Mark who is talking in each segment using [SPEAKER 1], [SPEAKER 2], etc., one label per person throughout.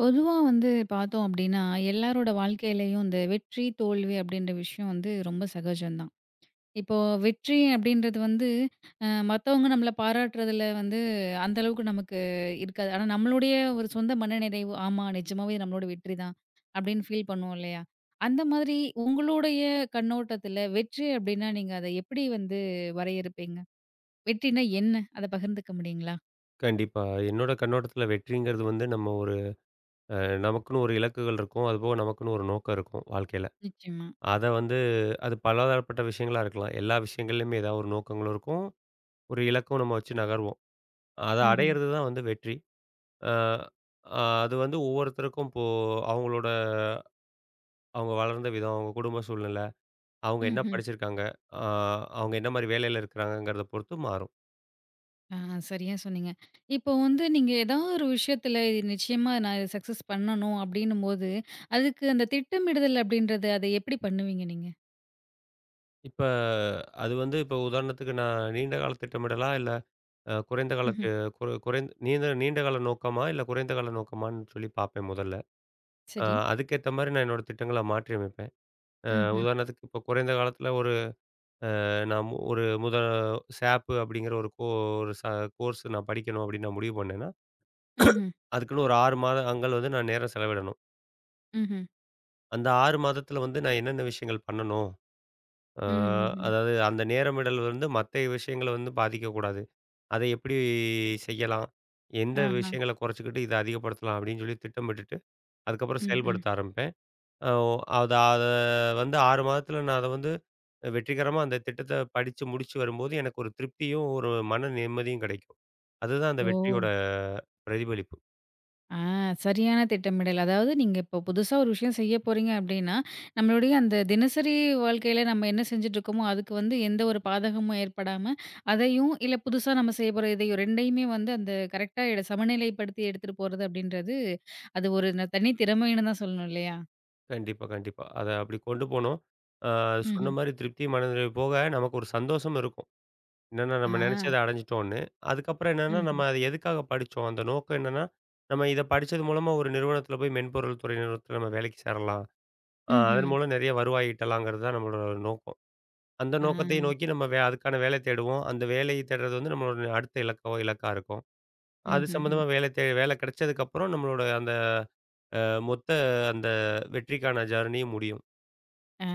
[SPEAKER 1] பொதுவா வந்து பார்த்தோம் அப்டின்னா, எல்லாரோட வாழ்க்கையிலயும் இந்த வெற்றி, தோல்வி அப்டின்ற விஷயம் வந்து ரொம்ப சகஜம் தான். இப்போ வெற்றி அப்டின்றது வந்து மத்தவங்க நம்மள பாராட்டுறதுல வந்து அந்த அளவுக்கு நமக்கு இருக்காது. ஆனா நம்மளுடைய ஒரு சொந்த மனநிறைவு, ஆமா நிஜமாவே நம்மளோட வெற்றி தான் அப்டின்னு ஃபீல் பண்ணுவோம் இல்லையா? அந்த மாதிரி உங்களுடைய கண்ணோட்டத்துல வெற்றி அப்டின்னா நீங்க அத எப்டி வந்து வரையறுப்பீங்க? வெற்றினா என்ன? அத பகிர்ந்துக்க முடியுங்களா?
[SPEAKER 2] கண்டிப்பா. என்னோட கண்ணோட்டத்துல வெற்றிங்கிறது வந்து நம்ம ஒரு அ நமக்குன்னு ஒரு இலக்குகள் இருக்கும். அதுபோக நமக்குன்னு ஒரு நோக்கம் இருக்கும் வாழ்க்கையில.
[SPEAKER 1] நிச்சயமா.
[SPEAKER 2] அத வந்து அது பலதரப்பட்ட விஷயங்களா இருக்கலாம். எல்லா விஷயங்கள்லயுமே ஏதாவது ஒரு நோக்கங்களும் இருக்கும். ஒரு இலக்கும் நம்ம வச்சு நகர்வோம். அத
[SPEAKER 1] ம்ஹ்ம்.
[SPEAKER 2] அடையிறது தான் வந்து வெற்றி. அ அ அது வந்து ஒவ்வொருத்தருக்கும் இப்போ அவங்களோட அவங்க வளர்ந்த விதம், அவங்க குடும்ப சூழ்நிலை, அவங்க என்ன
[SPEAKER 1] ம்ஹ்ம்.
[SPEAKER 2] படிச்சிருக்காங்க, அ அவங்க என்ன மாரி வேலையில இருக்கிறாங்கங்கிறத பொறுத்து மாறும்.
[SPEAKER 1] ஆ, சரியா சொன்னீங்க. இப்போ வந்து நீங்க ஏதாவது ஒரு விஷயத்துல இது நிச்சயமா நான் இத சக்சஸ் பண்ணணும் அப்படின்னும்போது, அதுக்கு அந்த திட்டமிடுதல் அப்படின்றது அத எப்படி பண்ணுவீங்க நீங்க?
[SPEAKER 2] இப்ப அது வந்து இப்போ உதாரணத்துக்கு நான் நீண்ட கால திட்டமிடலா? இல்ல அ குறைந்த காலத்து
[SPEAKER 1] ம்ஹ்ம்.
[SPEAKER 2] குறை குறைந் நீண்ட நீண்ட கால நோக்கமா, இல்ல குறைந்த கால நோக்கமான்னு சொல்லி பார்ப்பேன் முதல்ல. அ
[SPEAKER 1] சரி.
[SPEAKER 2] அதுக்கேத்த மாரி நான் என்னோட திட்டங்கள மாற்றி அமைப்பேன். அ
[SPEAKER 1] ம்ஹ்ம்.
[SPEAKER 2] உதாரணத்துக்கு இப்போ குறைந்த காலத்தில ஒரு நான் மு- ஒரு முத SAP அப்படிங்கிற ஒரு கோ ஒரு ச கோர்ஸ் நான் படிக்கணும் அப்படின்னு நான் முடிவு பண்ணேன்னா,
[SPEAKER 1] ம்ஹ்ம்.
[SPEAKER 2] அதுக்குன்னு ஒரு 6 மாதங்கள் வந்து நான் நேரம் செலவிடணும்.
[SPEAKER 1] ம்ஹ்ம்.
[SPEAKER 2] அந்த 6 மாதத்தில வந்து நான் என்னென்ன விஷயங்கள் பண்ணணும்? அ
[SPEAKER 1] ம்ஹ்ம். ம்ஹ்ம்.
[SPEAKER 2] அதாவது அந்த நேரமிடல் வந்து மத்த விஷயங்கள வந்து பாதிக்கக்கூடாது. அதை எப்படி செய்யலாம்? எந்த
[SPEAKER 1] ஆஹா.
[SPEAKER 2] விஷயங்கள குறைச்சுக்கிட்டு இத அதிகப்படுத்தலாம் அப்படின்னு சொல்லி திட்டமிட்டுட்டு அதுக்கப்புறம்
[SPEAKER 1] ம், ம்.
[SPEAKER 2] செயல்படுத்த ஆரம்பிப்பேன். அ ஒ அத அத வந்து 6 மாதத்தில நான் அத வந்து வெற்றிகரமா அந்த திட்டத்த படிச்சு முடிச்சு வரும்போது, எனக்கு ஒரு திருப்தியும், ஒரு மன நிம்மதியும் கிடைக்கும். அதுதான் அந்த
[SPEAKER 1] ஓ!
[SPEAKER 2] வெற்றியோட பிரதிபலிப்பு.
[SPEAKER 1] ஆ சரியான திட்டமிடல். அதாவது நீங்க இப்போ புதுசா ஒரு விஷயம் செய்ய போறீங்க அப்டின்னா, நம்மளுடைய அந்த தினசரி வாழ்க்கையில நம்ம என்ன செஞ்சுட்ருக்கோமோ, அதுக்கு வந்து எந்த ஒரு பாதகமும் ஏற்படாம, அதையும் இல்ல புதுசா நம்ம செய்ய போற இதையும் 2யுமே வந்து அந்த கரெக்ட்டா எட சமநிலைப்படுத்தி எடுத்துட்டு போறது அப்டின்றது, அது ஒரு தனி திறமைன்னு தான் சொல்லணும் இல்லையா?
[SPEAKER 2] கண்டிப்பா, கண்டிப்பா. அத அப்படி கொண்டு போணும். அ சொன்ன
[SPEAKER 1] ம்ஹ்ம்.
[SPEAKER 2] மாரி திருப்தி, மனநிறைவு போக நமக்கு ஒரு சந்தோஷமும் இருக்கும். என்னன்னா
[SPEAKER 1] ஆ.
[SPEAKER 2] நம்ம நெனைச்சத அடைஞ்சுட்டோம்ன்னு. அதுக்கப்புறம் என்னன்னா,
[SPEAKER 1] ம்ஹ்ம்.
[SPEAKER 2] நம்ம அத எதுக்காக படிச்சோம்? அந்த நோக்கம் என்னன்னா, நம்ம இத படிச்சது மூலமா ஒரு நிறுவனத்தில போய் மென்பொருள் துறை நிறுவனத்தில நம்ம வேலைக்கு சேரலாம். அதன்
[SPEAKER 1] ம்ஹ்ம்.
[SPEAKER 2] மூலம் நெறைய வருவாய் ஈட்டலாங்கிறது தான் நம்மளோட நோக்கம். அந்த
[SPEAKER 1] ஆ.
[SPEAKER 2] நோக்கத்தை நோக்கி நம்ம வே அதுக்கான வேலை தேடுவோம். அந்த வேலையை தேடுறது வந்து நம்மளோட அடுத்த இலக்கா இருக்கும். அது
[SPEAKER 1] ம்ஹ்ம்.
[SPEAKER 2] சம்மந்தமா வேலை கிடைச்சதுக்கப்புறம் நம்மளோட அந்த அ மொத்த அந்த வெற்றிக்கான ஜர்னியும் முடியும்.
[SPEAKER 1] ஆ.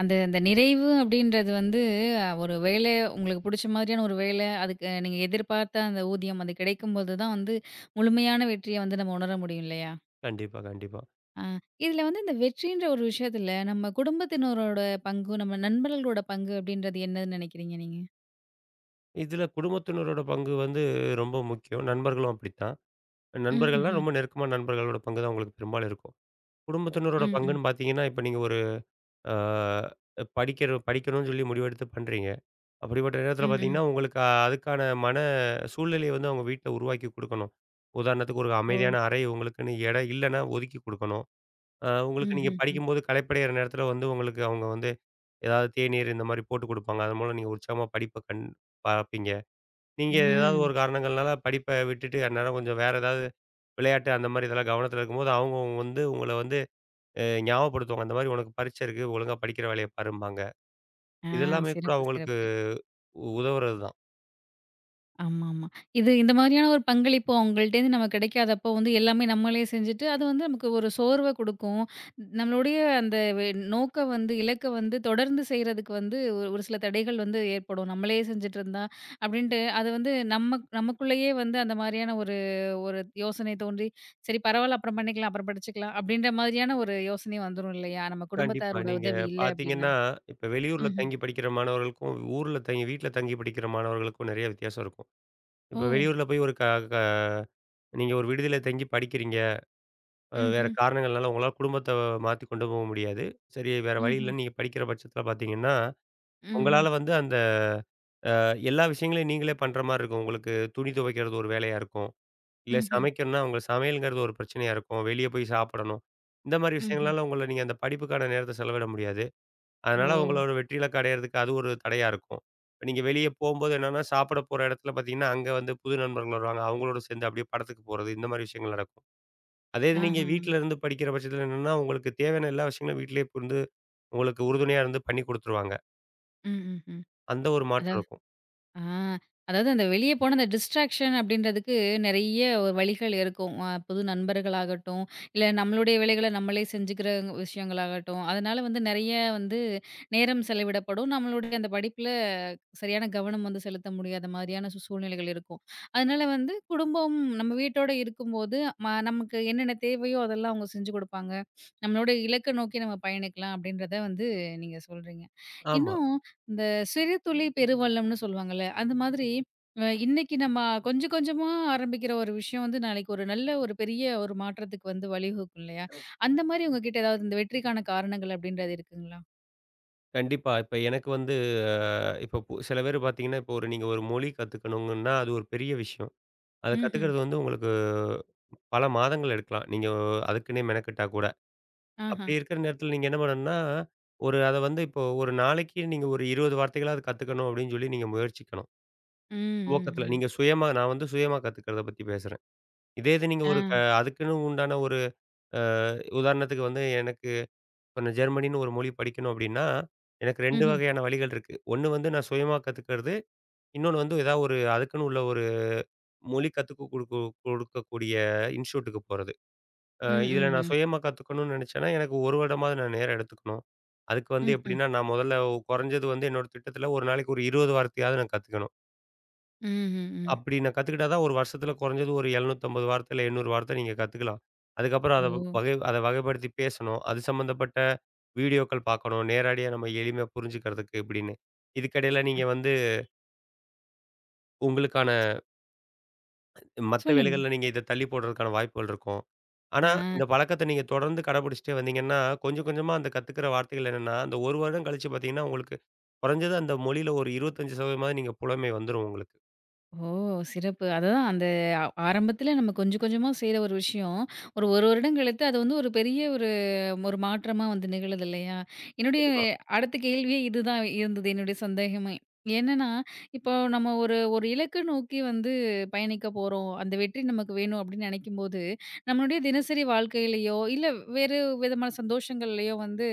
[SPEAKER 1] அந்த அந்த நிறைவு அப்படின்றது வந்து ஒரு வேலை உங்களுக்கு புடிச்ச மாதிரியான ஒரு வேலை, அதுக்கு நீங்க எதிர்பார்த்த அந்த ஊதியம் அது கிடைக்கும்போது தான் வந்து முழுமையான வெற்றிய வந்து நம்ம உணர முடியும் இல்லையா?
[SPEAKER 2] கண்டிப்பா, கண்டிப்பா.
[SPEAKER 1] ஆ இதுல வந்து இந்த வெற்றின்ற ஒரு விஷயத்துல நம்ம குடும்பத்தினரோட பங்கு, நம்ம நண்பர்களோட பங்கு அப்படின்றது என்னன்னு நினைக்கிறீங்க நீங்க?
[SPEAKER 2] இதில குடும்பத்தினரோட பங்கு வந்து ரொம்ப முக்கியம். நண்பர்களும் அப்படித்தான். நண்பர்கள்னா
[SPEAKER 1] ம்ஹ்ம்.
[SPEAKER 2] ரொம்ப நெருக்கமான நண்பர்களோட பங்கு தான் உங்களுக்கு பெரும்பாலும் இருக்கும். குடும்பத்தினரோட
[SPEAKER 1] ம், ம்.
[SPEAKER 2] பங்குன்னு பார்த்தீங்கன்னா, இப்ப நீங்க ஒரு ஆ படிக்கணும்னு சொல்லி முடிவெடுத்து பண்றீங்க. அப்படிப்பட்ட நேரத்தில
[SPEAKER 1] ம், ம்.
[SPEAKER 2] பார்த்தீங்கன்னா, உங்களுக்கு அதுக்கான மன சூழ்நிலைய வந்து அவங்க வீட்ல உருவாக்கி குடுக்கணும். உதாரணத்துக்கு ஒரு
[SPEAKER 1] ஓ!
[SPEAKER 2] அமைதியான அறை உங்களுக்குன்னு இடம் இல்லன்னா ஒதுக்கி குடுக்கணும்.
[SPEAKER 1] ம்,
[SPEAKER 2] உங்களுக்கு நீங்க
[SPEAKER 1] ம், ம்.
[SPEAKER 2] படிக்கும்போது களைப்படையிற நேரத்தில வந்து உங்களுக்கு அவங்க வந்து ஏதாவது தேநீர் இந்த மாரி போட்டு குடுப்பாங்க. அதன் மூலம் நீங்க உற்சாகமா படிப்ப கண் பார்ப்பீங்க. நீங்க ஏதாவது
[SPEAKER 1] ம்.
[SPEAKER 2] ஒரு காரணங்கள்னால படிப்ப விட்டுட்டு அந்நேரம் கொஞ்சம் வேற ஏதாவது விளையாட்டு அந்த மாரி இதெல்லாம் கவனத்தில இருக்கும்போது, அவங்க வந்து உங்கள வந்து ஞாபகப்படுத்துவாங்க. அந்த மாரி உனக்கு பரீட்சை இருக்கு. ஒழுங்கா படிக்கிற வேலைய பாரும்பாங்க.
[SPEAKER 1] ஆ
[SPEAKER 2] இது எல்லாமே கூட
[SPEAKER 1] சிறப்பு,
[SPEAKER 2] அவங்களுக்கு
[SPEAKER 1] சிறப்பு.
[SPEAKER 2] உதவுறது தான்.
[SPEAKER 1] ஆமாமா. இது இந்த மாதிரியான ஒரு பங்களிப்பு அவங்கள்ட்டேருந்து நமக்கு கிடைக்காதப்போ வந்து எல்லாமே நம்மளே செஞ்சுட்டு, அது வந்து நமக்கு ஒரு சோர்வ குடுக்கும். நம்மளுடைய அந்த நோக்க வந்து இலக்க வந்து தொடர்ந்து செய்றதுக்கு வந்து ஒரு ஒரு சில தடைகள் வந்து ஏற்படும். நம்மளே செஞ்சுட்டுருந்தா அப்டின்ட்டு அது வந்து நம்ம நமக்குள்ளேயே வந்து அந்த மாரியான ஒரு ஒரு யோசனை தோன்றி, சரி பரவால்ல அப்புறம் பண்ணிக்கலாம், அப்புறம் படிச்சுக்கலாம் அப்டின்ற மாதிரியான ஒரு யோசனை வந்துரும் இல்லையா? நம்ம
[SPEAKER 2] கண்டிப்பா.
[SPEAKER 1] குடும்பத்தாரோட
[SPEAKER 2] நீங்க
[SPEAKER 1] உதவி இல்ல அப்டின்னா.
[SPEAKER 2] பார்த்தீங்கன்னா, இப்ப வெளியூர்ல
[SPEAKER 1] ம்ஹ்ம்.
[SPEAKER 2] தங்கி படிக்கிற மாணவர்களுக்கும், ஊர்ல தங்கி வீட்ல தங்கி படிக்கிற மாணவர்களுக்கும் நெறைய வித்தியாசம் இருக்கும்.
[SPEAKER 1] ஓ!
[SPEAKER 2] இப்ப வெளியூர்ல போய் ஒரு க க நீங்க ஒரு விடுதியில தங்கி படிக்கிறீங்க. வேற
[SPEAKER 1] ம்ஹ்ம்.
[SPEAKER 2] காரணங்கள்னால உங்களால குடும்பத்த மாத்தி கொண்டு போக முடியாது. சரி வேற வழி
[SPEAKER 1] ம்ஹ்ம்.
[SPEAKER 2] இல்லன்னு நீங்க படிக்கிற பட்சத்தில பார்த்தீங்கன்னா,
[SPEAKER 1] ம்ஹ்ம்.
[SPEAKER 2] உங்களால வந்து அந்த எல்லா விஷயங்களையும் நீங்களே பண்ற மாரி இருக்கும். உங்களுக்கு துணி துவைக்கிறது ஒரு வேலையா இருக்கும். இல்ல
[SPEAKER 1] ம்ஹ்ம்.
[SPEAKER 2] சமைக்கணும்னா, உங்க சமையல்ங்கிறது ஒரு பிரச்சனையா இருக்கும். வெளிய போய் சாப்பிடணும். இந்த மாரி
[SPEAKER 1] ம்ஹ்ம்.
[SPEAKER 2] விஷயங்களால உங்கள நீங்க அந்த படிப்புக்கான நேரத்த செலவிட முடியாது. அதனால
[SPEAKER 1] ஓ!
[SPEAKER 2] அவங்களோட வெற்றியிலக்கு அடையறதுக்கு அது ஒரு தடையா இருக்கும். இப்ப நீங்க வெளிய போம்போது என்னன்னா, சாப்பிட போற இடத்துல பார்த்தீங்கன்னா, அங்க வந்து புது நண்பர்கள் வருவாங்க. அவங்களோட சேர்ந்து அப்படியே படத்துக்கு போறது, இந்த மாரி விஷயங்கள் நடக்கும். அதே இது நீங்க
[SPEAKER 1] ஆஹா.
[SPEAKER 2] வீட்ல இருந்து படிக்கிற பட்சத்துல என்னன்னா, உங்களுக்கு தேவையான எல்லா விஷயங்களும் வீட்லயே புரிந்து, உங்களுக்கு உறுதுணையா இருந்து பண்ணி குடுத்துருவாங்க.
[SPEAKER 1] ம், ம்ஹ்ம்.
[SPEAKER 2] அந்த ஒரு
[SPEAKER 1] அதா
[SPEAKER 2] மாற்றம் இருக்கும்.
[SPEAKER 1] ஆ அதாவது அந்த வெளிய போன அந்த டிஸ்ட்ராக்ஷன் அப்படின்றதுக்கு நெறைய ஒரு வழிகள் இருக்கும். புது நண்பர்களாகட்டும், இல்ல நம்மளுடைய வேலைகள நம்மளே செஞ்சுக்கிற விஷயங்களாகட்டும், அதனால வந்து நெறைய வந்து நேரம் செலவிடப்படும். நம்மளுடைய அந்த படிப்புல சரியான கவனம் வந்து செலுத்த முடியாத மாதிரியான சூழ்நிலைகள் இருக்கும். அதனால வந்து குடும்பம் நம்ம வீட்டோட இருக்கும்போது, நமக்கு என்னென்ன தேவையோ அதெல்லாம் அவங்க செஞ்சு குடுப்பாங்க. நம்மளோட இலக்க நோக்கி நம்ம பயணிக்கலாம் அப்படின்றத வந்து நீங்க சொல்றீங்க.
[SPEAKER 2] ஆமா.
[SPEAKER 1] இன்னும் இந்த சிறு துளி பெருவெள்ளம்னு சொல்லுவாங்கல்ல. அந்த மாதிரி இன்னைக்கு நம்ம கொஞ்சம் கொஞ்சமா ஆரம்பிக்கிற ஒரு விஷயம் வந்து நாளைக்கு ஒரு நல்ல ஒரு பெரிய ஒரு மாற்றத்துக்கு வந்து வழிவகுக்கும் இல்லையா? அந்த மாரி உங்ககிட்ட ஏதாவது இந்த வெற்றிக்கான காரணங்கள் அப்படின்றது இருக்குங்களா?
[SPEAKER 2] கண்டிப்பா. இப்ப எனக்கு வந்து அ இப்ப பு சில பேர் பார்த்தீங்கன்னா, இப்போ ஒரு நீங்க ஒரு மொழி கத்துக்கணுங்கன்னா, அது ஒரு பெரிய விஷயம். அத
[SPEAKER 1] ம்ஹ்ம்.
[SPEAKER 2] கத்துக்கிறது வந்து உங்களுக்கு பல மாதங்கள் எடுக்கலாம். நீங்க அதுக்குன்னே மெனக்கெட்டா கூட.
[SPEAKER 1] ஆஹா.
[SPEAKER 2] அப்படி இருக்கிற நேரத்தில நீங்க என்ன பண்ணணும்னா, ஒரு அத வந்து இப்போ ஒரு நாளைக்கு நீங்க ஒரு 20 வார்த்தைகளாவது கத்துக்கணும் அப்படின்னு சொல்லி நீங்க முயற்சிக்கணும்.
[SPEAKER 1] ம், ம்,
[SPEAKER 2] துவக்கத்தில
[SPEAKER 1] ம்.
[SPEAKER 2] நீங்க சுயமா நான் வந்து சுயமா கத்துக்கிறத பத்தி பேசுறேன். இதே இது நீங்க
[SPEAKER 1] ஆ.
[SPEAKER 2] ஒரு க அதுக்குன்னு உண்டான ஒரு அ உதாரணத்துக்கு வந்து எனக்கு இப்ப நான் ஜெர்மனின்னு ஒரு மொழி படிக்கணும் அப்படின்னா, எனக்கு 2
[SPEAKER 1] ம்ஹ்ம்.
[SPEAKER 2] வகையான வழிகள் இருக்கு. ஒண்ணு வந்து நான் சுயமா கத்துக்கிறது. இன்னொன்னு வந்து ஏதாவது ஒரு அதுக்குன்னு உள்ள ஒரு மொழி கத்துக்க குடுக்க கொடுக்கக்கூடிய இன்ஸ்டிடியூட்டுக்கு போறது.
[SPEAKER 1] ம்,
[SPEAKER 2] இதில நான்
[SPEAKER 1] ம்ஹ்ம்.
[SPEAKER 2] சுயமா கத்துக்கணும்னு நினைச்சேன்னா, எனக்கு 1 வருடமாவது நான் நேரம் எடுத்துக்கணும். அதுக்கு வந்து
[SPEAKER 1] ம்ஹ்ம். ம்ஹ்ம்.
[SPEAKER 2] எப்படின்னா, நான் முதல்ல குறைஞ்சது வந்து என்னோட திட்டத்தில ஒரு நாளைக்கு ஒரு 20 வார்த்தையாவது நான் கத்துக்கணும்.
[SPEAKER 1] ம். ம், ம்.
[SPEAKER 2] அப்படி நான் கத்துக்கிட்டா தான், ஒரு வருஷத்தில குறைஞ்சது ஒரு 750 வார்த்தை இல்ல 800 வார்த்தை நீங்க கத்துக்கலாம். அதுக்கப்புறம்
[SPEAKER 1] ஓ!
[SPEAKER 2] அத வகைப்படுத்தி பேசணும். அது சம்மந்தப்பட்ட வீடியோக்கள் பார்க்கணும். நேரடியா நம்ம எளிமையா புரிஞ்சுக்கிறதுக்கு இப்படின்னு. இதுக்கிடையில நீங்க வந்து உங்களுக்கான மத்த
[SPEAKER 1] சொல்லுங்க.
[SPEAKER 2] வேலைகள்ல நீங்க இத தள்ளி போடுறதுக்கான வாய்ப்புகள் இருக்கும்.
[SPEAKER 1] ஆ.
[SPEAKER 2] ஆனா, இந்த பழக்கத்த நீங்க தொடர்ந்து கடைபிடிச்சுட்டே வந்தீங்கன்னா, கொஞ்சம் கொஞ்சமா அந்த கத்துக்கிற வார்த்தைகள் என்னன்னா, அந்த 1 வருடம் கழிச்சு பார்த்தீங்கன்னா, உங்களுக்கு குறைஞ்சது அந்த மொழியில ஒரு 25% நீங்க புலமை வந்துரும் உங்களுக்கு.
[SPEAKER 1] ஓ! சிறப்பு. அதுதான் அந்த ஆரம்பத்தில நம்ம கொஞ்சம் கொஞ்சமா செய்ற ஒரு விஷயம், ஒரு 1 வருடம் கழித்து அது வந்து ஒரு பெரிய ஒரு ஒரு மாற்றமா வந்து நிகழுது இல்லையா? என்னுடைய
[SPEAKER 2] கண்டிப்பா.
[SPEAKER 1] அடுத்த கேள்வியே இதுதான் இருந்தது என்னுடைய சந்தேகமே. என்னன்னா, இப்போ நம்ம ஒரு ஒரு இலக்க நோக்கி வந்து பயணிக்க போறோம். அந்த வெற்றி நமக்கு வேணும் அப்படின்னு நெனைக்கும்போது, நம்மளுடைய தினசரி வாழ்க்கையிலயோ, இல்ல வேறு விதமான சந்தோஷங்கள்லயோ வந்து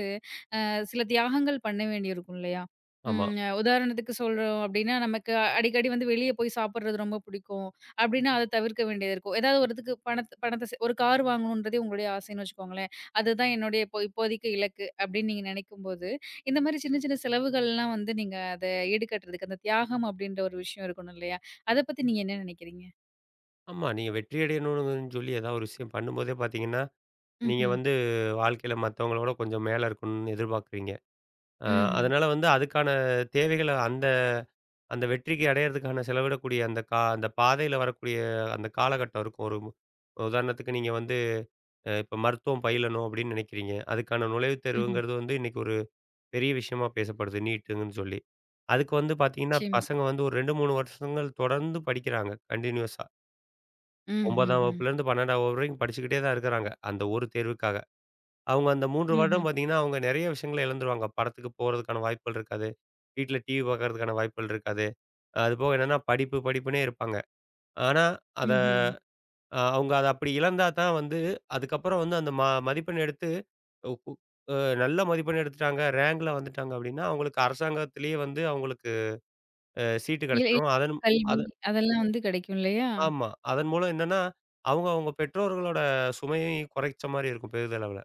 [SPEAKER 1] சில தியாகங்கள் பண்ண வேண்டியிருக்கும் இல்லையா?
[SPEAKER 2] ஆமா.
[SPEAKER 1] உதாரணத்துக்கு சொல்றோம் அப்டின்னா, நமக்கு அடிக்கடி வந்து வெளிய போய் சாப்பிடுறது ரொம்ப பிடிக்கும். அப்டின்னா, அத தவிர்க்க வேண்டியது இருக்கும். ஏதாவது ஒரு இதுக்கு பணத் பணத்த சே ஒரு கார் வாங்கணுன்றதே உங்களுடைய ஆசைன்னு வச்சுக்கோங்களேன். அதுதான் என்னுடைய இப்போ இப்போதைக்கு இலக்கு அப்டின்னு நீங்க நினைக்கும்போது, இந்த மாரி சின்ன சின்ன செலவுகள்லாம் வந்து நீங்க அத ஈடுகட்டுறதுக்கு அந்த தியாகம் அப்டின்ற ஒரு விஷயம் இருக்கணும் இல்லையா? அத பத்தி நீங்க என்ன நினைக்கிறீங்க?
[SPEAKER 2] ஆமா. நீங்க வெற்றி அடையணும்னு சொல்லி ஏதாவது ஒரு விஷயம் பண்ணும்போதே பார்த்தீங்கன்னா, நீங்க
[SPEAKER 1] ம்ஹ்ம்.
[SPEAKER 2] வந்து வாழ்க்கையில மத்தவங்களோட கொஞ்சம் மேல இருக்கணும்னு எதிர்பார்க்குறீங்க. அ
[SPEAKER 1] ம்ஹ்ம்.
[SPEAKER 2] அதனால வந்து அதுக்கான தேவைகள அந்த அந்த வெற்றிக்கு அடையறதுக்கான செலவிடக்கூடிய அந்த பாதையில வரக்கூடிய அந்த காலகட்டம் இருக்கும். உதாரணத்துக்கு நீங்க வந்து இப்ப மருத்துவம் பயிலணும் அப்படின்னு நினைக்கிறீங்க. அதுக்கான நுழைவுத்
[SPEAKER 1] ம்ஹ்ம்.
[SPEAKER 2] தேர்வுங்கிறது வந்து இன்னைக்கு ஒரு பெரிய விஷயமா பேசப்படுது நீட்டுங்கன்னு சொல்லி. அதுக்கு வந்து பார்த்தீங்கன்னா,
[SPEAKER 1] நிச்சயமா.
[SPEAKER 2] பசங்க வந்து ஒரு 2, 3 வருஷங்கள் தொடர்ந்து படிக்கிறாங்க கன்டினியூஸா. 9ஆம்
[SPEAKER 1] ம்ஹ்ஹ்ம்.
[SPEAKER 2] வகுப்புலேருந்து 12ஆம் வகுப்பு வரைக்கும் படிச்சுக்கிட்டே தான் இருக்கிறாங்க. அந்த ஒரு தேர்வுக்காக. அவங்க அந்த 3 வருடம்
[SPEAKER 1] ம்ஹ்ம்.
[SPEAKER 2] பார்த்தீங்கன்னா, அவங்க நிறைய விஷயங்கள இழந்துருவாங்க. படத்துக்கு போறதுக்கான வாய்ப்புகள் இருக்காது. வீட்ல டிவி பார்க்கறதுக்கான வாய்ப்புகள் இருக்காது. அது போக என்னன்னா படிப்பு படிப்புன்னே இருப்பாங்க. ஆனா, அத
[SPEAKER 1] ம்ஹ்ம்.
[SPEAKER 2] அ அவங்க அத அப்படி இழந்தா தான் வந்து அதுக்கப்புறம் வந்து அந்த மதிப்பெண் எடுத்து உப்பு அ நல்ல மதிப்பெண் எடுத்துட்டாங்க, ரேங்க்ல வந்துட்டாங்க அப்டின்னா, அவங்களுக்கு அரசாங்கத்திலேயே வந்து அவங்களுக்கு சீட்டு
[SPEAKER 1] இல் இல்
[SPEAKER 2] கிடைச்சிரும். அதன்
[SPEAKER 1] கல்வி
[SPEAKER 2] அது
[SPEAKER 1] அதெல்லாம் வந்து கிடைக்கும் இல்லையா?
[SPEAKER 2] ஆமா. அதன் மூலம் என்னன்னா, அவங்க அவங்க பெற்றோர்களோட சுமையையும் குறைச்ச மாரி இருக்கும் பெரிதளவுல.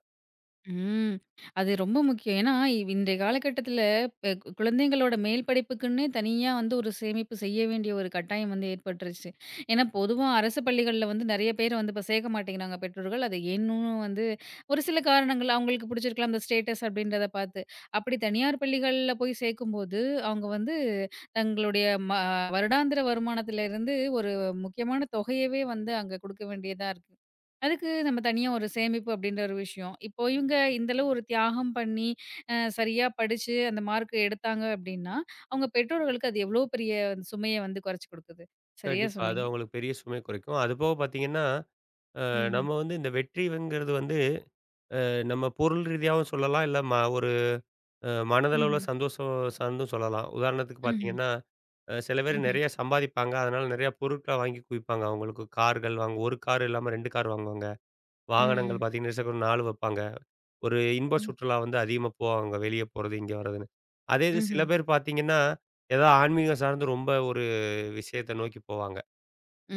[SPEAKER 1] ம். அது ரொம்ப முக்கியம். ஏன்னா, இவ் இன்றைய காலகட்டத்தில பெ கு குழந்தைங்களோட மேல் படிப்புக்குன்னே தனியா வந்து ஒரு சேமிப்பு செய்ய வேண்டிய ஒரு கட்டாயம் வந்து ஏற்பட்டுருச்சு. ஏன்னா, பொதுவா அரசு பள்ளிகள்ல வந்து நெறைய பேர் வந்து இப்ப சேர்க்க மாட்டேங்கிறாங்க பெற்றோர்கள். அது ஏன்னும் வந்து ஒரு சில காரணங்கள் அவங்களுக்கு பிடிச்சிருக்கலாம் அந்த ஸ்டேட்டஸ் அப்படின்றத பார்த்து. அப்படி தனியார் பள்ளிகள்ல போய் சேர்க்கும்போது, அவங்க வந்து தங்களுடைய வருடாந்திர வருமானத்திலிருந்து ஒரு முக்கியமான தொகையவே வந்து அங்க குடுக்க வேண்டியதா இருக்கு. அதுக்கு நம்ம தனியா ஒரு சேமிப்பு அப்படின்ற ஒரு விஷயம். இப்போ இவங்க இந்த அளவு ஒரு தியாகம் பண்ணி, சரியா படிச்சு அந்த மார்க் எடுத்தாங்க அப்படின்னா, அவங்க பெற்றோர்களுக்கு அது எவ்வளோ பெரிய சுமைய வந்து குறைச்சு குடுக்குது. சரியா
[SPEAKER 2] கண்டிப்பா. அது
[SPEAKER 1] சொன்னீங்க.
[SPEAKER 2] அவங்களுக்கு பெரிய சுமைய குறைக்கும். அதுபோக பார்த்தீங்கன்னா,
[SPEAKER 1] ம்ஹ்ம்.
[SPEAKER 2] நம்ம வந்து இந்த வெற்றிங்கிறது வந்து நம்ம பொருள் ரீதியாவும் சொல்லலாம், இல்ல ஒரு மனதளவுல
[SPEAKER 1] ம்ஹ்ம்.
[SPEAKER 2] சந்தோஷம் சார்ந்தும் சொல்லலாம். உதாரணத்துக்கு
[SPEAKER 1] ம்ஹ்ம்.
[SPEAKER 2] பார்த்தீங்கன்னா, சில பேர்
[SPEAKER 1] ம்ஹ்ம்.
[SPEAKER 2] நெறைய சம்பாதிப்பாங்க. அதனால நெறைய பொருட்கள வாங்கி குவிப்பாங்க. அவங்களுக்கு கார்கள் வாங்கு 1 கார் இல்லாம 2 கார் வாங்குவாங்க.
[SPEAKER 1] ம்.
[SPEAKER 2] வாகனங்கள்
[SPEAKER 1] ம்.
[SPEAKER 2] பார்த்தீங்கன்னா, இருசக்கர 4 வைப்பாங்க. ஒரு இன்ப
[SPEAKER 1] ம்.
[SPEAKER 2] சுற்றுலா வந்து அதிகமா போவாங்க. வெளிய போறது, இங்க வர்றதுன்னு. அதே இது சில
[SPEAKER 1] ம்ஹ்ம்.
[SPEAKER 2] பேர் பார்த்தீங்கன்னா, ஏதோ ஆன்மீகம் சார்ந்து ரொம்ப ஒரு விஷயத்த நோக்கி போவாங்க.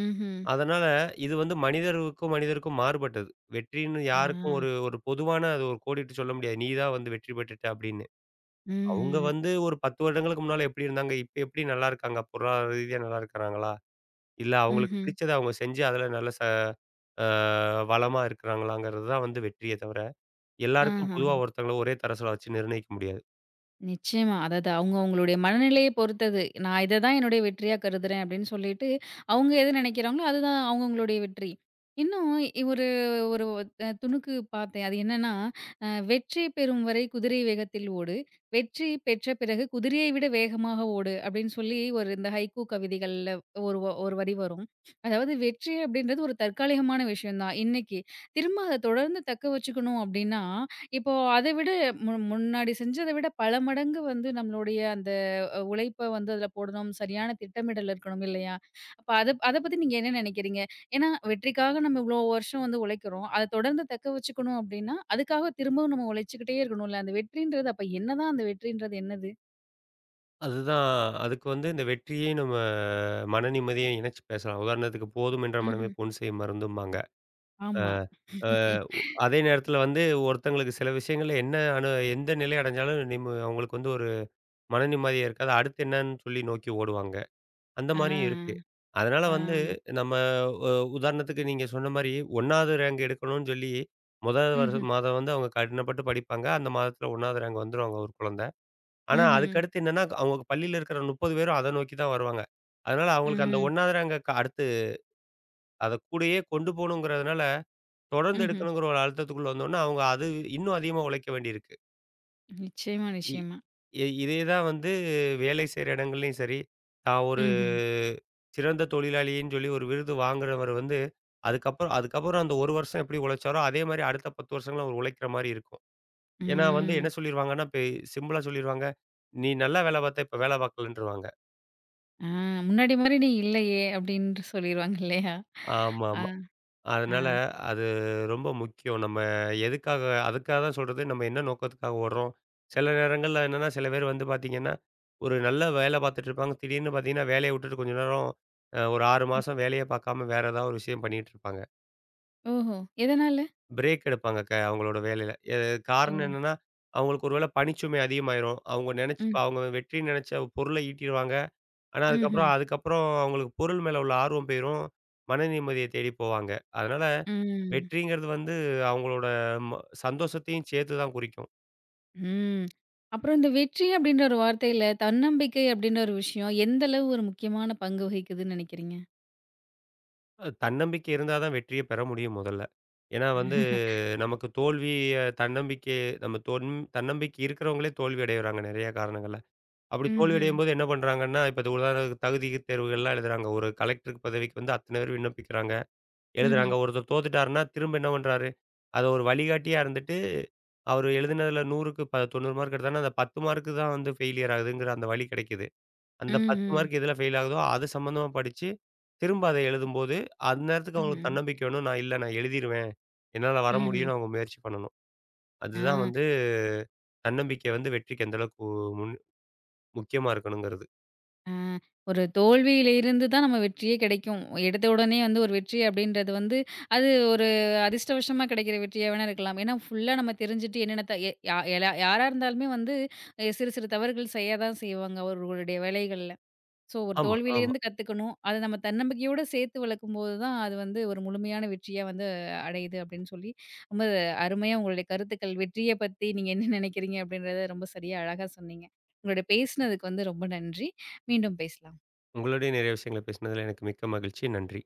[SPEAKER 1] ம்ஹ்ம்.
[SPEAKER 2] அதனால இது வந்து மனிதருக்கும், மனிதருக்கும் மாறுபட்டது. வெற்றின்னு
[SPEAKER 1] ஆ.
[SPEAKER 2] யாருக்கும் ஒரு ஒரு பொதுவான அது ஒரு கோடிட்டு சொல்ல முடியாது. "நீ தான் வந்து வெற்றி பெற்றுட்ட" அப்படின்னு. அவங்க
[SPEAKER 1] ம்.
[SPEAKER 2] வந்து ஒரு 10 வருடங்களுக்கு முன்னால எப்படி இருந்தாங்க? இப்ப எப்படி நல்லா இருக்காங்க? பொருளாதார ரீதியா நல்லா இருக்கிறாங்களா? இல்ல அவங்களுக்கு
[SPEAKER 1] ம்ஹ்ம்.
[SPEAKER 2] பிடிச்சத அவங்க செஞ்சு, அதுல நல்ல ச அ வளமா இருக்கிறாங்களாங்கிறது தான் வந்து வெற்றியே தவிர எல்லாருக்கும்
[SPEAKER 1] ஆஹ.
[SPEAKER 2] பொதுவா ஒருத்தங்கள ஒரே தரத்தில வச்சு நிர்ணயிக்க முடியாது.
[SPEAKER 1] நிச்சயமா. அதாவது அவங்க அவங்களுடைய மனநிலைய பொறுத்தது. நான் இத தான் என்னுடைய வெற்றியா கருதுறேன் அப்படின்னு சொல்லிட்டு, அவங்க எது நினைக்கிறாங்களோ அதுதான் அவங்க அவங்களுடைய வெற்றி. இன்னும் ஒரு ஒரு துணுக்கு பார்த்தேன். அது என்னன்னா, "வெற்றி பெறும் வரை குதிரை வேகத்தில் ஓடு. வெற்றி பெற்ற பிறகு குதிரையை விட வேகமாக ஓடு" அப்படின்னு சொல்லி ஒரு இந்த ஹைக்கூ கவிதைகள்ல ஒரு ஒரு வரி வரும். அதாவது வெற்றி அப்படின்றது ஒரு தற்காலிகமான விஷயம் தான். இன்னைக்கு. திரும்ப அத தொடர்ந்து தக்க வச்சுக்கணும் அப்படின்னா இப்போ அதை விட முன்னாடி செஞ்சத விட பல மடங்கு வந்து நம்மளுடைய அந்த உழைப்ப வந்து அதில போடணும். சரியான திட்டமிடல் இருக்கணும் இல்லையா? அப்ப அத அத பத்தி நீங்க என்ன நினைக்கிறீங்க? ஏன்னா வெற்றிக்காக நம்ம இவ்வளோ வருஷம் வந்து உழைக்கிறோம். அத தொடர்ந்து தக்க வச்சுக்கணும் அப்டின்னா, அதுக்காக திரும்பவும் நம்ம உழைச்சுக்கிட்டே இருக்கணும்ல. அந்த வெற்றின்றது அப்ப என்னதான் அந்த வெற்றின்றது என்னது?
[SPEAKER 2] அதுதான் அதுக்கு வந்து இந்த வெற்றியையும் நம்ம மன நிம்மதியையும் இணைச்சு பேசலாம். உதாரணத்துக்கு "போதும் என்ற மனமே
[SPEAKER 1] ம்ஹ்ம்.
[SPEAKER 2] பொன் செய்யும் மருந்தும்பாங்க." அ
[SPEAKER 1] ஆமா.
[SPEAKER 2] அ அதே நேரத்தில வந்து ஒருத்தங்களுக்கு சில விஷயங்கள்ல என்ன அனு எந்த நிலை அடைஞ்சாலும் அவங்களுக்கு வந்து ஒரு மன நிம்மதியே இருக்காது. அடுத்து என்னன்னு சொல்லி நோக்கி ஓடுவாங்க. அந்த
[SPEAKER 1] ஆ,
[SPEAKER 2] மாரியும் இருக்கு. அதனால
[SPEAKER 1] ஆ.
[SPEAKER 2] வந்து நம்ம உ உதாரணத்துக்கு நீங்க சொன்ன மாரி 1வது ரேங்க் எடுக்கணும்னு சொல்லி முதல் வருஷ
[SPEAKER 1] ம்ஹ்ம்,
[SPEAKER 2] மாதம் வந்து அவங்க கடினப்பட்டு படிப்பாங்க. அந்த மாதத்தில 1வது ரேங்க் வந்துரும் அவங்க ஒரு குழந்தை. ஆனா,
[SPEAKER 1] ம்ஹ்ம்.
[SPEAKER 2] அதுக்கு அடுத்து என்னன்னா, அவங்க பள்ளியில இருக்கிற 30 பேரும் அத நோக்கி தான் வருவாங்க. அதனால அவங்களுக்கு அந்த
[SPEAKER 1] ம்,
[SPEAKER 2] 1வது ரேங்க் அடுத்து அத கூடயே கொண்டு போணுங்கிறதுனால, தொடர்ந்து
[SPEAKER 1] ம்ஹ்ம்.
[SPEAKER 2] எடுக்கணுங்கிற ஒரு அழுத்தத்துக்குள்ள வந்தோனே, அவங்க அது இன்னும் அதிகமா உழைக்க வேண்டியிருக்கு.
[SPEAKER 1] நிச்சயமா,
[SPEAKER 2] இ
[SPEAKER 1] நிச்சயமா.
[SPEAKER 2] இ இதே தான் வந்து வேலை செய்ற இடங்கள்லயும் சரி, நான் ஒரு
[SPEAKER 1] ம்ஹ்ம்.
[SPEAKER 2] சிறந்த தொழிலாளின்னு சொல்லி ஒரு விருது வாங்குறவர் வந்து, அதுக்கப்புறம் அதுக்கப்புறம் அந்த 1 வருஷம் எப்படி உழைச்சாரோ, அதே மாரி அடுத்த 10 வருஷங்களும் அவர் உழைக்கிற மாரி இருக்கும். ஏன்னா வந்து
[SPEAKER 1] ம்.
[SPEAKER 2] என்ன சொல்லிருவாங்கன்னா, இப்ப சிம்பிளா சொல்லிருவாங்க, "நீ நல்லா வேல பார்த்த, இப்ப வேல பார்க்கலன்ருவாங்க."
[SPEAKER 1] ஆ முன்னாடி மாரி நீ இல்லையே! அப்டின்ட்டு சொல்லிருவாங்க இல்லையா? ஆ,
[SPEAKER 2] ஆமாமா.
[SPEAKER 1] ஆ.
[SPEAKER 2] அதனால அது ரொம்ப முக்கியம். நம்ம எதுக்காக அதுக்காக தான் சொல்றது, நம்ம என்ன நோக்கத்துக்காக ஓடுறோம். சில நேரங்கள்ல என்னன்னா, சில பேர் வந்து பார்த்தீங்கன்னா, ஒரு நல்ல வேலை பார்த்துட்டு இருப்பாங்க. திடீர்னு பார்த்தீங்கன்னா, வேலைய விட்டுட்டு கொஞ்ச நேரம் ஒரு 6
[SPEAKER 1] ம்.
[SPEAKER 2] மாசம் வேலையே பார்க்காம வேற ஏதாவது ஒரு விஷயம் பண்ணிட்டு இருப்பாங்க.
[SPEAKER 1] ஓஹோ! எதனால?
[SPEAKER 2] பிரேக் எடுப்பாங்க அவங்களோட வேலையில.
[SPEAKER 1] ஓ!
[SPEAKER 2] காரணம் என்னன்னா, அவங்களுக்கு ஒரு வேளை பணிச்சுமை அதிகமாயிரும். அவங்க நெனச்சு
[SPEAKER 1] ம்.
[SPEAKER 2] அவங்க வெற்றி நெனச்ச பொருள ஈட்டிருவாங்க. ஆனா அதுக்கப்புறம்
[SPEAKER 1] ம்ஹ்ம்.
[SPEAKER 2] அதுக்கப்புறம் அவங்களுக்கு பொருள் மேல உள்ள ஆர்வம் போயிரும். மன நிம்மதிய தேடி போவாங்க. அதனால
[SPEAKER 1] ம்.
[SPEAKER 2] வெற்றிங்கிறது வந்து அவங்களோட ம சந்தோஷத்தையும் சேர்த்து தான் குறிக்கும்.
[SPEAKER 1] ம். அப்புறம் இந்த வெற்றி அப்டின்ற ஒரு வார்த்தையில தன்னம்பிக்கை அப்டின்ற ஒரு விஷயம் எந்த அளவு ஒரு முக்கியமான பங்கு வகிக்குதுன்னு நெனைக்கிறீங்க?
[SPEAKER 2] தன்னம்பிக்கை இருந்தா தான் வெற்றிய பெற முடியும் முதல்ல. ஏன்னா வந்து நமக்கு தோல்விய தன்னம்பிக்கை நம்ம தொன் தன்னம்பிக்கை இருக்கிறவங்களே தோல்வி அடையிறாங்க நெறைய காரணங்கள்ல. அப்படி தோல்வி
[SPEAKER 1] ம்ஹ்ம்.
[SPEAKER 2] அடையும்போது என்ன பண்றாங்கன்னா, இப்ப இது உதாரணத்துக்கு தகுதி தேர்வுகள்லாம் எழுதுறாங்க. ஒரு கலெக்டருக்கு பதவிக்கு வந்து அத்தனை பேர் விண்ணப்பிக்கிறாங்க,
[SPEAKER 1] ம்ஹ்ம்.
[SPEAKER 2] எழுதுறாங்க. ஒருத்தர் தோத்துட்டாருன்னா, திரும்ப என்ன பண்றாரு? அத ஒரு வழிகாட்டியா இருந்துட்டு, அவரு எழுதினதுல 100க்கு 90 மார்க் எடுத்தாருன்னா, அந்த 10 மார்க்கு தான் வந்து ஃபெயிலியர் ஆகுதுங்கிற அந்த வழி கிடைக்குது.
[SPEAKER 1] ம்,
[SPEAKER 2] அந்த 10
[SPEAKER 1] ம்.
[SPEAKER 2] மார்க் எதுல ஃபெயில் ஆகுதோ, அது சம்மந்தமா படிச்சு, திரும்ப அத எழுதும்போது, அந்நேரத்துக்கு அவங்களுக்கு
[SPEAKER 1] ம்ஹ்ம்.
[SPEAKER 2] தன்னம்பிக்கை வேணும். நான் எழுதிருவேன். என்னால வர
[SPEAKER 1] ம்ஹ்ம்.
[SPEAKER 2] முடியும்னு அவங்க முயற்சி பண்ணணும்.
[SPEAKER 1] ஆ.
[SPEAKER 2] அதுதான் வந்து தன்னம்பிக்கை வந்து வெற்றிக்கு எந்த அளவுக்கு முன் முக்கியமா இருக்கணுங்கிறது.
[SPEAKER 1] ஆ, ஒரு தோல்வியிலிருந்து தான் நம்ம வெற்றியே கிடைக்கும். எடுத்த உடனே வந்து ஒரு வெற்றி அப்படின்றது வந்து, அது ஒரு அதிர்ஷ்டவசமா கிடைக்கிற வெற்றியா வேணா இருக்கலாம். ஏன்னா, ஃபுல்லா நம்ம தெரிஞ்சுட்டு என்னென்ன த எ யா எலா யாரா இருந்தாலுமே வந்து, சிறு சிறு தவறுகள் செய்ய தான் செய்வாங்க அவர்களுடைய வேலைகள்ல. ஸோ, ஒரு
[SPEAKER 2] ஆமா, ஆமா.
[SPEAKER 1] தோல்வியிலேருந்து கத்துக்கணும். அத நம்ம தன்னம்பிக்கையோட சேர்த்து வளர்க்கும்போது தான், அது வந்து ஒரு முழுமையான வெற்றியா வந்து அடையுது அப்டின்னு சொல்லி, ரொம்ப அருமையா உங்களுடைய கருத்துக்கள், வெற்றிய பத்தி நீங்க என்ன நினைக்கிறீங்க? அப்டின்றத ரொம்ப சரியா, அழகா சொன்னீங்க. உங்களோட பேசினதுக்கு வந்து ரொம்ப நன்றி. மீண்டும் பேசலாம்.
[SPEAKER 2] உங்களோடயும் நிறைய விஷயங்கள பேசினதுல எனக்கு மிக்க மகிழ்ச்சி. நன்றி.